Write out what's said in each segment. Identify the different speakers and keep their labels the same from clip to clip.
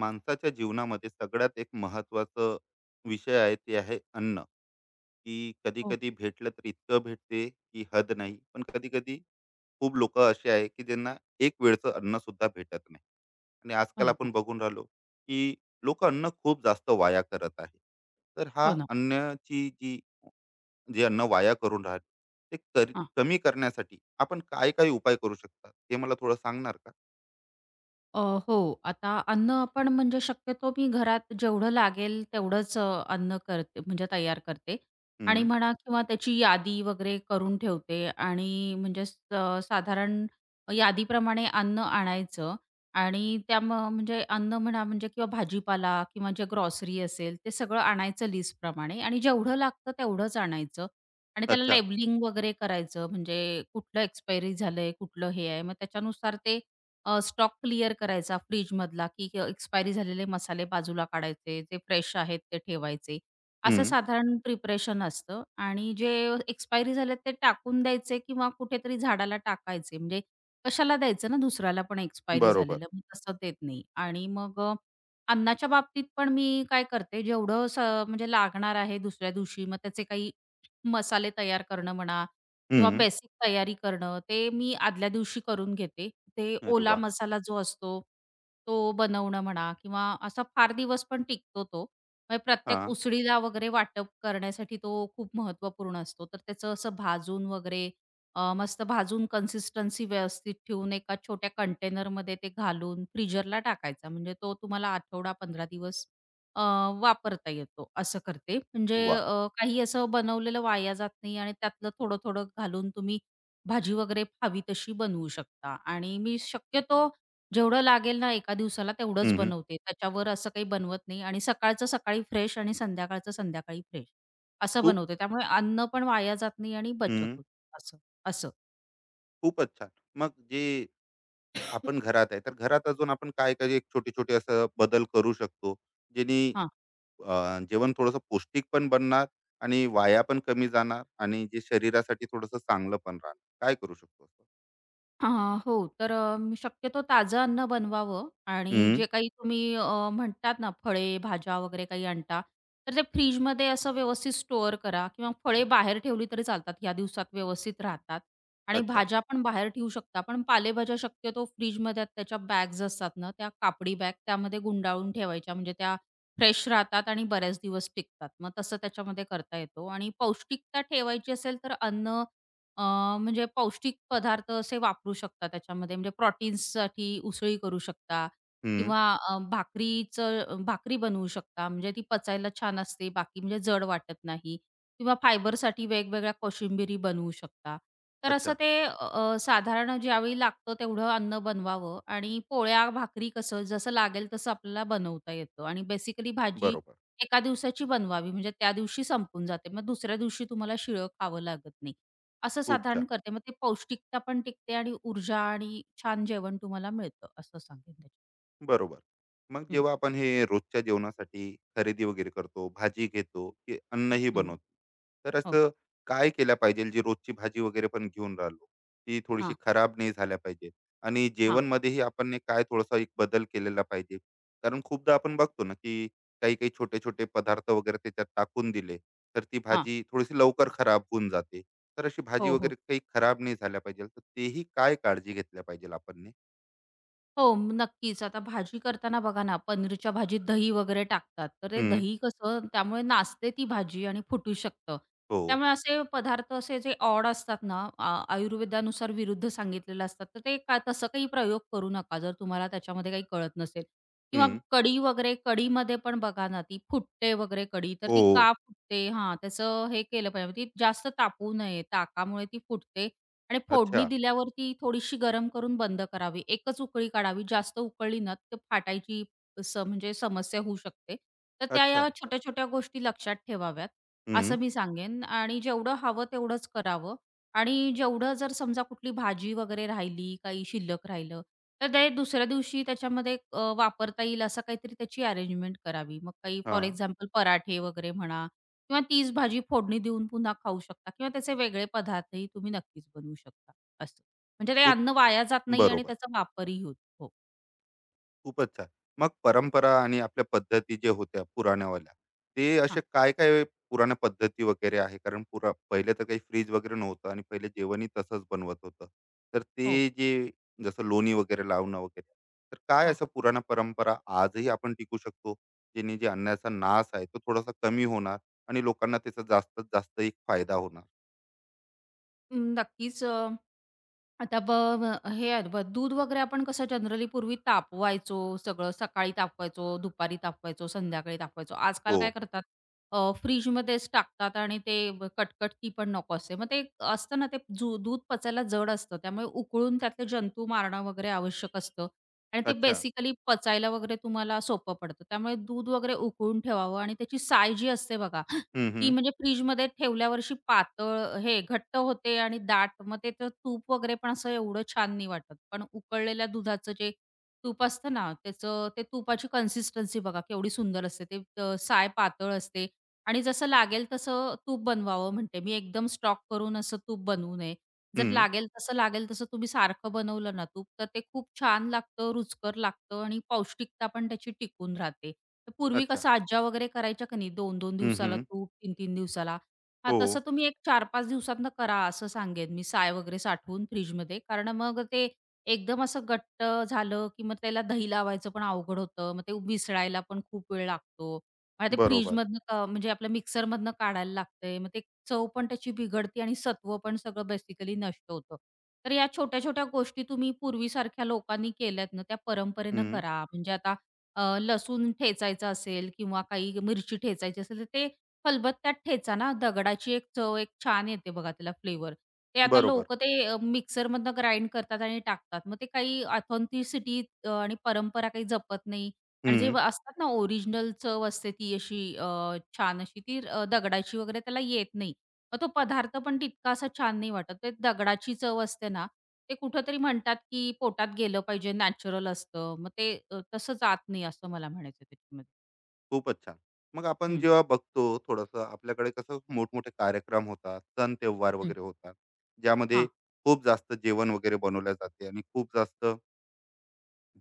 Speaker 1: माणसाच्या जीवनामध्ये सगळ्यात एक महत्वाचं विषय आहे, ते आहे अन्न. की कधी
Speaker 2: हो.
Speaker 1: कधी भेटलं तर इतकं भेटते की हद नाही, पण कधी कधी खूप लोक असे आहे की ज्यांना एक वेळचं अन्न सुद्धा भेटत नाही. आणि आजकाल आपण
Speaker 2: अगदीच.
Speaker 1: बघून राहिलो की लोक अन्न खूप जास्त वाया करत आहे. तर हा
Speaker 2: हो ना.
Speaker 1: अन्नाची जे अन्न वाया करून राहिले ते
Speaker 2: हा
Speaker 1: कमी करण्यासाठी आपण काय काय उपाय करू शकता ते मला थोडं सांगणार का?
Speaker 2: अ, हो. आता अन्न आपण म्हणजे शक्यतो मी घरात जेवढं लागेल तेवढंच अन्न करते म्हणजे तयार करते आणि
Speaker 1: हम्म.
Speaker 2: म्हणा किंवा त्याची यादी वगैरे करून ठेवते आणि म्हणजे साधारण यादीप्रमाणे अन्न आणायचं आणि त्या म्हणजे अन्न म्हणा म्हणजे किंवा भाजीपाला किंवा जे ग्रॉसरी असेल ते सगळं आणायचं लिस्टप्रमाणे आणि जेवढं लागतं तेवढंच आणायचं आणि त्याला
Speaker 1: अच्छा.
Speaker 2: लेबलिंग वगैरे करायचं म्हणजे कुठलं एक्सपायरी झालंय, कुठलं हे आहे. मग त्याच्यानुसार ते स्टॉक क्लिअर करायचा फ्रिजमधला, की एक्सपायरी झालेले मसाले बाजूला काढायचे, जे फ्रेश आहेत ते ठेवायचे. असं
Speaker 1: हम्म.
Speaker 2: साधारण प्रिपरेशन असतं आणि जे एक्सपायरी झालेत ते टाकून द्यायचे किंवा कुठेतरी झाडाला टाकायचे. म्हणजे कशाला द्यायचं ना दुसऱ्याला पण एक्सपायरी
Speaker 1: बरोबर.
Speaker 2: झालेलं, मी तसं देत नाही. आणि मग अन्नाच्या बाबतीत पण मी काय करते, जेवढं म्हणजे लागणार आहे दुसऱ्या दिवशी, मग त्याचे काही मसाले तयार करणं म्हणा किंवा बेसिक तयारी करणं, ते मी आदल्या दिवशी करून घेते. ते
Speaker 1: अरे
Speaker 2: ओला
Speaker 1: वा!
Speaker 2: मसाला जो असतो, तो बनवणं म्हणा किंवा असा फार दिवस पण टिकतो तो. म्हणजे प्रत्येक
Speaker 1: हां.
Speaker 2: उसळीला वगैरे वाटप करण्यासाठी तो खूप महत्त्वपूर्ण असतो. तर त्याचं असं भाजून वगैरे मस्त भाजून कन्सिस्टन्सी व्यवस्थित ठेवून एका छोट्या कंटेनरमध्ये ते घालून फ्रीजरला टाकायचा. म्हणजे तो तुम्हाला आठवडा 15 दिवस अ, वापरता येतो असं करते. म्हणजे
Speaker 1: वाह!
Speaker 2: काही असं बनवलेलं वाया जात नाही आणि त्यातलं थोडं-थोडं घालून तुम्ही भाजी वगैरे हवी तशी बनवू शकता आणि मी शक्यतो जेवढं लागेल ना एका दिवसाला तेवढंच
Speaker 1: हं, हं.
Speaker 2: बनवते. त्याच्यावर असं काही बनवत नाही आणि सकाळचं सकाळी फ्रेश आणि संध्याकाळचं संध्याकाळी फ्रेश असं
Speaker 1: खूप.
Speaker 2: बनवते. त्यामुळे अन्न पण वाया जात नाही आणि बचत
Speaker 1: हं.
Speaker 2: होते असं, असं.
Speaker 1: खूपच छान. मग जे आपण घरात आहे, तर घरात अजून आपण काय-काय एक छोटे-छोटे असं बदल करू शकतो, जेणे जेवण थोडंसं पौष्टिक पण बनणार आणि वाया पण कमी जाणार आणि जे शरीरासाठी थोडंसं चांगलं पण राहणार. काय करू शकतो?
Speaker 2: हां, हो. तर मी शक्यतो ताजं अन्न बनवावं आणि
Speaker 1: हं.
Speaker 2: जे काही तुम्ही म्हणतात ना फळे, भाज्या वगैरे काही आणता, तर ते फ्रिजमध्ये असं व्यवस्थित स्टोअर करा किंवा फळे बाहेर ठेवली तरी चालतात. ह्या दिवसात व्यवस्थित राहतात आणि
Speaker 1: अच्छा.
Speaker 2: भाज्या पण बाहेर ठेवू शकता. पण पालेभाज्या शक्यतो फ्रिजमध्ये त्याच्या बॅग्स असतात ना, त्या कापडी बॅग त्यामध्ये गुंडाळून ठेवायच्या म्हणजे त्या फ्रेश राहतात आणि बऱ्याच दिवस टिकतात. मग तसं त्याच्यामध्ये करता येतो आणि पौष्टिकता ठेवायची असेल तर अन्न अ, म्हणजे पौष्टिक पदार्थ असे वापरू शकता त्याच्यामध्ये म्हणजे प्रोटीन्ससाठी उसळी करू शकता
Speaker 1: हं.
Speaker 2: किंवा भाकरीचं भाकरी बनवू शकता म्हणजे ती पचायला छान असते बाकी म्हणजे जड वाटत नाही किंवा फायबरसाठी वेगवेगळ्या कोशिंबिरी बनवू शकता. तर असं
Speaker 1: अच्छा.
Speaker 2: ते अ, अ, साधारण ज्यावेळी लागतं तेवढं अन्न बनवावं आणि पोळ्या, भाकरी कसं जसं लागेल तसं आपल्याला बनवता येतं आणि बेसिकली भाजी
Speaker 1: बरोबर.
Speaker 2: एका दिवसाची बनवावी म्हणजे त्या दिवशी संपून जाते. मग दुसऱ्या दिवशी तुम्हाला शिळं खावं लागत नाही. असं
Speaker 1: खूप छान.
Speaker 2: साधारण करते. मग ते पौष्टिकता पण टिकते आणि ऊर्जा आणि छान जेवण तुम्हाला मिळतं असं सांगेन त्याच्यात.
Speaker 1: बरोबर. मग
Speaker 2: हं,
Speaker 1: जेव्हा आपण हे रोजच्या जेवणासाठी खरेदी वगैरे करतो, भाजी घेतो, की अन्नही
Speaker 2: हं.
Speaker 1: बनवतो. तर
Speaker 2: हो.
Speaker 1: असं काय केलं पाहिजे, जी रोजची भाजी वगैरे पण घेऊन राहिलो, ती थोडीशी
Speaker 2: हां,
Speaker 1: खराब नाही झाल्या पाहिजे? आणि
Speaker 2: हां,
Speaker 1: जेवणमध्येही आपण ने काय थोडासा एक बदल केलेला पाहिजे? कारण खूपदा आपण बघतो ना, की काही-काही छोटे-छोटे पदार्थ वगैरे त्याच्यात टाकून दिले, तर ती
Speaker 2: हां.
Speaker 1: भाजी थोडीशी लवकर खराब होऊन जाते. तर अशी भाजी
Speaker 2: हो,
Speaker 1: वगैरे
Speaker 2: हो.
Speaker 1: काही खराब नाही झाल्या पाहिजे, तर तेही काय काळजी घेतल्या पाहिजे आपण?
Speaker 2: हो, नक्कीच. आता भाजी करताना बघा ना, पनीरच्या भाजीत दही वगैरे टाकतात. तर ते
Speaker 1: हं.
Speaker 2: दही कसं त्यामुळे नासते ती भाजी आणि फुटू शकतं.
Speaker 1: हो.
Speaker 2: त्यामुळे असे पदार्थ असे जे ऑड असतात ना, आयुर्वेदानुसार विरुद्ध सांगितलेलं असतात. तर ते का तसं काही प्रयोग करू नका, जर तुम्हाला त्याच्यामध्ये काही कळत नसेल. किंवा कढी वगैरे, कढीमध्ये पण बघा ना, ती फुटते वगैरे कढी. तर
Speaker 1: ओ.
Speaker 2: ती का फुटते हां, त्याचं हे केलं पाहिजे. ती जास्त तापवू नये. ताकामुळे ती फुटते. आणि
Speaker 1: अच्छा,
Speaker 2: फोडणी दिल्यावरती थोडीशी गरम करून बंद करावी. एकच उकळी काढावी. जास्त उकळली ना, तर फाटायची म्हणजे समस्या होऊ शकते. तर त्या
Speaker 1: अच्छा.
Speaker 2: या छोट्या-छोट्या गोष्टी लक्षात ठेवाव्यात,
Speaker 1: हं.
Speaker 2: असं मी सांगेन आणि जेवढं हवं तेवढंच करावं आणि जेवढं जर समजा कुठली भाजी वगैरे राहिली, काही शिल्लक राहिलं, तर ते दुसऱ्या दिवशी त्याच्यामध्ये वापरता येईल असं काहीतरी त्याची अरेंजमेंट करावी. मग काही फॉर
Speaker 1: हां.
Speaker 2: एक्झाम्पल पराठे वगैरे म्हणा किंवा तीच भाजी फोडणी देऊन पुन्हा खाऊ शकता किंवा त्याचे वेगळे पदार्थही तुम्ही नक्कीच बनवू शकता. असं. म्हणजे ते
Speaker 1: खूप.
Speaker 2: अन्न वाया जात नाही आणि
Speaker 1: बरोबर.
Speaker 2: त्याचा वापरही होतो. हो.
Speaker 1: खूपच छान. मग परंपरा आणि आपल्या पद्धती ज्या होत्या पुराण्यावाल्या, ते असे
Speaker 2: हां.
Speaker 1: काय-काय पुराण्या पद्धती वगैरे आहे? कारण पुरा पहिले तर काही फ्रिज वगैरे नव्हतं आणि पहिले जेवणही तसंच बनवत होतं. तर
Speaker 2: हो.
Speaker 1: ते जे, जसं लोणी वगैरे लावणं वगैरे, तर काय असं पुराण्या परंपरा आजही आपण टिकू शकतो, जेणे जे अन्नाचा नाश आहे तो थोडासा कमी होणार आणि लोकांना त्याचा जास्तीत जास्त एक फायदा होणार?
Speaker 2: अं, नक्कीच आता ब ब हे आहे दूध वगैरे आपण कसं जनरली पूर्वी तापवायचो सगळं. सकाळी तापवायचो, दुपारी तापवायचो, संध्याकाळी तापवायचो. आजकाल
Speaker 1: हो.
Speaker 2: काय करतात फ्रिजमध्येच टाकतात आणि ते कटकट ती पण नको असते. मग ते एक असतं ना ते दूध पचायला जड असतं. त्यामुळे उकळून त्यातले जंतू मारणं वगैरे आवश्यक असतं आणि ते
Speaker 1: अच्छा.
Speaker 2: बेसिकली पचायला वगैरे तुम्हाला सोपं पडतं. त्यामुळे दूध वगैरे उकळून ठेवावं आणि त्याची साय जी असते बघा
Speaker 1: हं,
Speaker 2: ती
Speaker 1: हं.
Speaker 2: म्हणजे फ्रिजमध्ये ठेवल्यावर अशी पातळ हे घट्ट होते आणि दाट. मग त्याचं तूप वगैरे पण असं एवढं छान नाही वाटत. पण उकळलेल्या दुधाचं जे तूप असतं ना, त्याचं ते तुपाची कन्सिस्टन्सी बघा केवढी सुंदर असते. ते साय पातळ असते आणि जसं लागेल तसं तूप बनवावं म्हणते मी. एकदम स्टॉक करून असं तूप बनवू नये. जर
Speaker 1: हं.
Speaker 2: लागेल तसं तुम्ही सारखं बनवलं ना तूप, तर ते खूप छान लागतं, रुचकर लागतं आणि पौष्टिकता पण त्याची टिकून राहते. तर पूर्वी
Speaker 1: अच्छा.
Speaker 2: कसं आज्या वगैरे करायच्या का नाही दोन 2
Speaker 1: हं,
Speaker 2: दिवसाला
Speaker 1: हं.
Speaker 2: तूप, तीन 3 दिवसाला. हां,
Speaker 1: हो.
Speaker 2: तसं तुम्ही एक 4-5 दिवसातनं करा असं सांगेन मी साय वगैरे साठवून फ्रिजमध्ये. कारण मग ते एकदम असं घट्ट झालं, की मग त्याला दही लावायचं पण अवघड होतं. मग ते मिसळायला पण खूप वेळ लागतो. मग ते
Speaker 1: बरोबर.
Speaker 2: फ्रिजमधनं म्हणजे आपल्या मिक्सरमधनं काढायला लागतंय. मग ते चव पण त्याची बिघडते आणि सत्व पण सगळं बेसिकली नष्ट होतं. तर या छोट्या-छोट्या गोष्टी तुम्ही पूर्वीसारख्या लोकांनी केल्यात ना, त्या परंपरेनं
Speaker 1: हं.
Speaker 2: करा. म्हणजे आता लसूण ठेचायचं असेल किंवा काही मिरची ठेचायची असेल, तर ते खलबत्त्यात ठेचा ना, दगडाची एक चव एक छान येते बघा त्याला फ्लेवर. ते आता
Speaker 1: बरोबर.
Speaker 2: लोकं ते मिक्सरमधनं ग्राइंड करतात आणि टाकतात. मग ते काही ऑथेंटिसिटी आणि परंपरा काही जपत नाही आणि जे
Speaker 1: हं.
Speaker 2: असतात ना ओरिजिनल चव असते ती अशी छान अशी ती दगडाची वगैरे त्याला येत नाही. मग तो पदार्थ पण तितका असा छान नाही वाटत. ते दगडाची चव असते ना ते कुठेतरी म्हणतात, की पोटात गेलं पाहिजे, नॅचरल असतं. मग ते तसं जात नाही असं मला म्हणायचं आहे त्याच्यामध्ये.
Speaker 1: खूपच छान. मग आपण
Speaker 2: हं.
Speaker 1: जेव्हा बघतो थोडंसं आपल्याकडे कसं मोठमोठे कार्यक्रम होतात, सण त्योहार
Speaker 2: हं.
Speaker 1: वगैरे होतात, ज्यामध्ये
Speaker 2: हां,
Speaker 1: खूप जास्त जेवण वगैरे बनवले जाते आणि खूप जास्त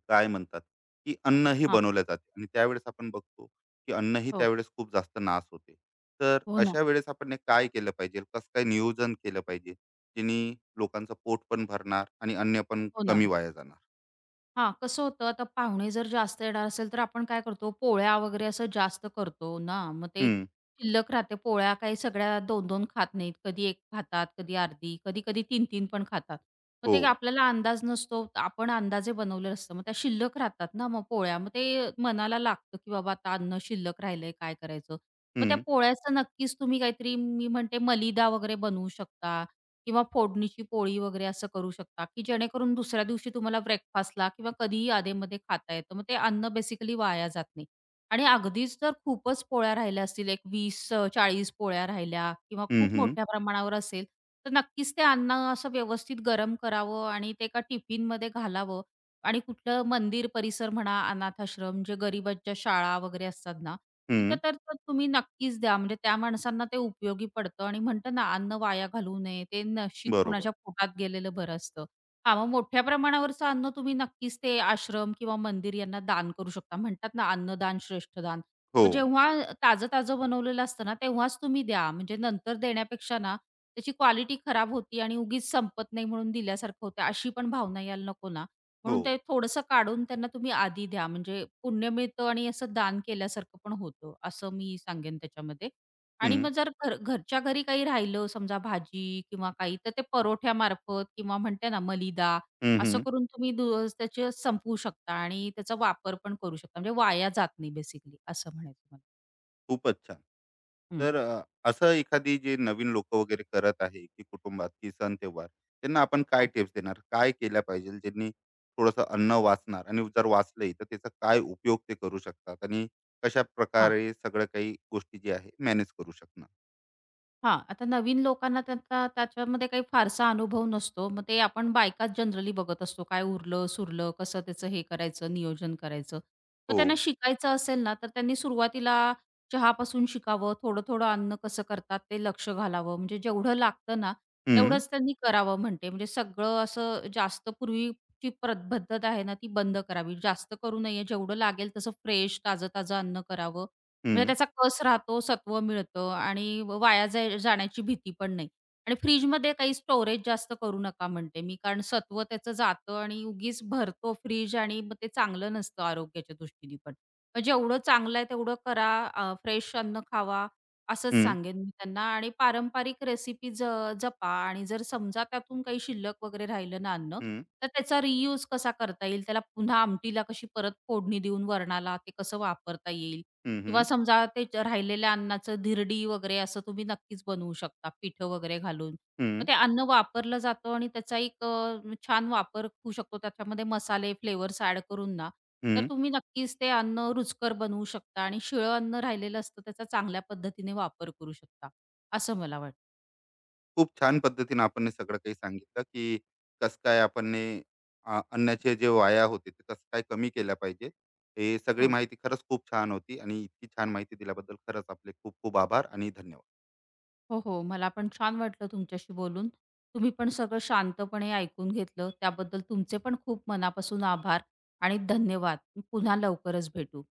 Speaker 1: काय म्हणतात, की अन्नही
Speaker 2: हां.
Speaker 1: बनवले जाते आणि त्यावेळेस आपण बघतो, की अन्नही
Speaker 2: हो.
Speaker 1: त्यावेळेस खूप जास्त नाश होते. तर
Speaker 2: हो ना.
Speaker 1: अशा वेळेस आपण हे काय केलं पाहिजे? कसं काय नियोजन केलं पाहिजे? जेणे लोकांचं पोट पण भरणार आणि अन्न पण
Speaker 2: हो ना.
Speaker 1: कमी वाया जाणार?
Speaker 2: हां, कसं होतं आता पाहुणे जर जास्त येणार असेल, तर आपण काय करतो पोळ्या वगैरे असं जास्त करतो ना, मग ते
Speaker 1: हं.
Speaker 2: शिल्लक राहते. पोळ्या काही सगळ्या 2-2 खात नाहीत. कधी एक खातात, कधी अर्धी, कधी-कधी 3-3 पण खातात. मग
Speaker 1: हो.
Speaker 2: ते आपल्याला अंदाज नसतो. आपण अंदाजे बनवलेलं असतं. मग त्या शिल्लक राहतात ना मग पोळ्या. मग ते मनाला लागतं, की बाबा आता अन्न शिल्लक राहिलंय काय करायचं? मग त्या
Speaker 1: हं,
Speaker 2: पोळ्याचं नक्कीच तुम्ही काहीतरी मी म्हणते मलिदा वगैरे बनवू शकता किंवा फोडणीची पोळी वगैरे असं करू शकता, की जेणेकरून दुसऱ्या दिवशी तुम्हाला ब्रेकफास्टला किंवा कधीही अधेमध्ये खाता येतं. मग ते अन्न बेसिकली वाया जात नाही. आणि अगदीच जर खूपच पोळ्या राहिल्या असतील, एक 20-40 पोळ्या राहिल्या किंवा
Speaker 1: हं,
Speaker 2: खूप
Speaker 1: हं,
Speaker 2: मोठ्या प्रमाणावर असेल, तर नक्कीच ते अन्न असं व्यवस्थित गरम करावं आणि ते एका टिफिनमध्ये घालावं आणि कुठलं मंदिर परिसर म्हणा, अनाथाश्रम, जे गरिबांच्या शाळा वगैरे असतात ना, तिथं
Speaker 1: हं.
Speaker 2: तर तर तुम्ही नक्कीच द्या. म्हणजे त्या माणसांना ते उपयोगी पडतं आणि म्हणतात ना, अन्न वाया घालवू नये. ते नशीब
Speaker 1: बरोबर.
Speaker 2: कुणाच्या पोटात गेलेलं बरं असतं. हां, मग मोठ्या प्रमाणावरचं अन्न तुम्ही नक्कीच ते आश्रम किंवा मंदिर यांना दान करू शकता. म्हणतात ना, अन्नदान श्रेष्ठ दान.
Speaker 1: हो,
Speaker 2: मग जेव्हा ताजं-ताजं बनवलेलं असतं ना, तेव्हाच तुम्ही द्या. म्हणजे नंतर देण्यापेक्षा ना, त्याची क्वालिटी खराब होती आणि उगीच संपत नाही म्हणून दिल्यासारखं होतं. अशी पण भावना यायला नको ना.
Speaker 1: हो.
Speaker 2: म्हणून ते थोडंसं काढून त्यांना तुम्ही आधी द्या, म्हणजे पुण्य मिळतं आणि असं दान केल्यासारखं पण होतं, असं मी सांगेन त्याच्यामध्ये. आणि
Speaker 1: हं,
Speaker 2: मग जर घरच्या घरी काही राहिलं, समजा भाजी किंवा काही, तर ते परोठ्यामार्फत किंवा म्हणते ना मलिदा,
Speaker 1: हं,
Speaker 2: असं
Speaker 1: हं.
Speaker 2: करून तुम्ही त्याचे संपवू शकता आणि त्याचा वापर पण करू शकता. म्हणजे वाया जात नाही बेसिकली असं म्हणायचं मला.
Speaker 1: खूपच छान.
Speaker 2: हं.
Speaker 1: तर असं एखादी जे नवीन लोकं वगैरे करत आहे, की कुटुंबात की सण-त्योहार, त्यांना आपण काय
Speaker 2: हो.
Speaker 1: टिप्स देणार? काय केल्या पाहिजे ज्यांनी थोडंसं अन्न वाचणार आणि जर वाचलंही तर त्याचा काय उपयोग ते करू शकतात आणि कशाप्रकारे सगळं काही गोष्टी जे आहे मॅनेज करू शकणार?
Speaker 2: हां, आता नवीन लोकांना त्याचा त्याच्यामध्ये काही फारसा अनुभव नसतो. मग ते आपण बायकाच जनरली बघत असतो. काय उरलं-सुरलं, कसं त्याचं हे करायचं, नियोजन करायचं. मग
Speaker 1: हो.
Speaker 2: त्यांना शिकायचं असेल ना, तर त्यांनी सुरुवातीला चहापासून शिकावं, थोडं-थोडं अन्न कसं करतात ते लक्ष घालावं. म्हणजे जेवढं लागतं ना,
Speaker 1: हं,
Speaker 2: तेवढंच त्यांनी करावं म्हणते. म्हणजे सगळं असं जास्त पूर्वीची पद्धत आहे ना, ती बंद करावी. जास्त करू नये. जेवढं लागेल तसं फ्रेश, ताजं-ताजं अन्न करावं. म्हणजे
Speaker 1: हं,
Speaker 2: त्याचा कस राहतो, सत्व मिळतं आणि वाया जाण्याची भीती पण नाही. आणि फ्रिजमध्ये काही स्टोरेज जास्त करू नका म्हणते मी, कारण सत्व त्याचं जातं आणि उगीच भरतो फ्रीज आणि मग ते चांगलं नसतं आरोग्याच्या दृष्टीने पण. मग जेवढं चांगलं आहे तेवढं करा, फ्रेश अन्न खावा असंच
Speaker 1: हं,
Speaker 2: सांगेन मी त्यांना आणि पारंपरिक रेसिपी जपा आणि जर समजा त्यातून काही शिल्लक वगैरे राहिलं ना अन्न,
Speaker 1: हं,
Speaker 2: तर त्याचा रियूज कसा करता येईल, त्याला पुन्हा आमटीला कशी परत फोडणी देऊन वरणाला ते कसं वापरता येईल
Speaker 1: हं,
Speaker 2: किंवा
Speaker 1: हं,
Speaker 2: समजा ते राहिलेल्या अन्नाचं धिरडी वगैरे असं तुम्ही नक्कीच बनवू शकता पिठं वगैरे घालून
Speaker 1: हं.
Speaker 2: तर ते अन्न वापरलं जातं आणि त्याचा एक छान वापर होऊ शकतो त्याच्यामध्ये मसाले फ्लेवर्स ऍड करून ना तर तुम्ही नक्कीच ते अन्न रुचकर बनवू शकता आणि शिळं अन्न राहिलेलं असतं त्याचा चांगल्या पद्धतीने वापर करू शकता असं मला वाटतं.
Speaker 1: खूप छान पद्धतीने आपण हे सगळं काही सांगितलं की कसं काय आपण हे, अन्नाचे जे वाया होते ते कसं काय कमी केल्या पाहिजे. हे सगळी
Speaker 2: हो
Speaker 1: माहिती खरंच खूप छान होती आणि इतकी छान माहिती दिल्याबद्दल खरंच आपले खूप खूप आभार आणि धन्यवाद.
Speaker 2: हो हो, मला पण छान वाटलं तुमच्याशी बोलून. तुम्ही पण सगळं शांतपणे ऐकून घेतलं त्याबद्दल तुमचे पण खूप मनापासून आभार आणि धन्यवाद. पुन्हा लवकरच भेटू.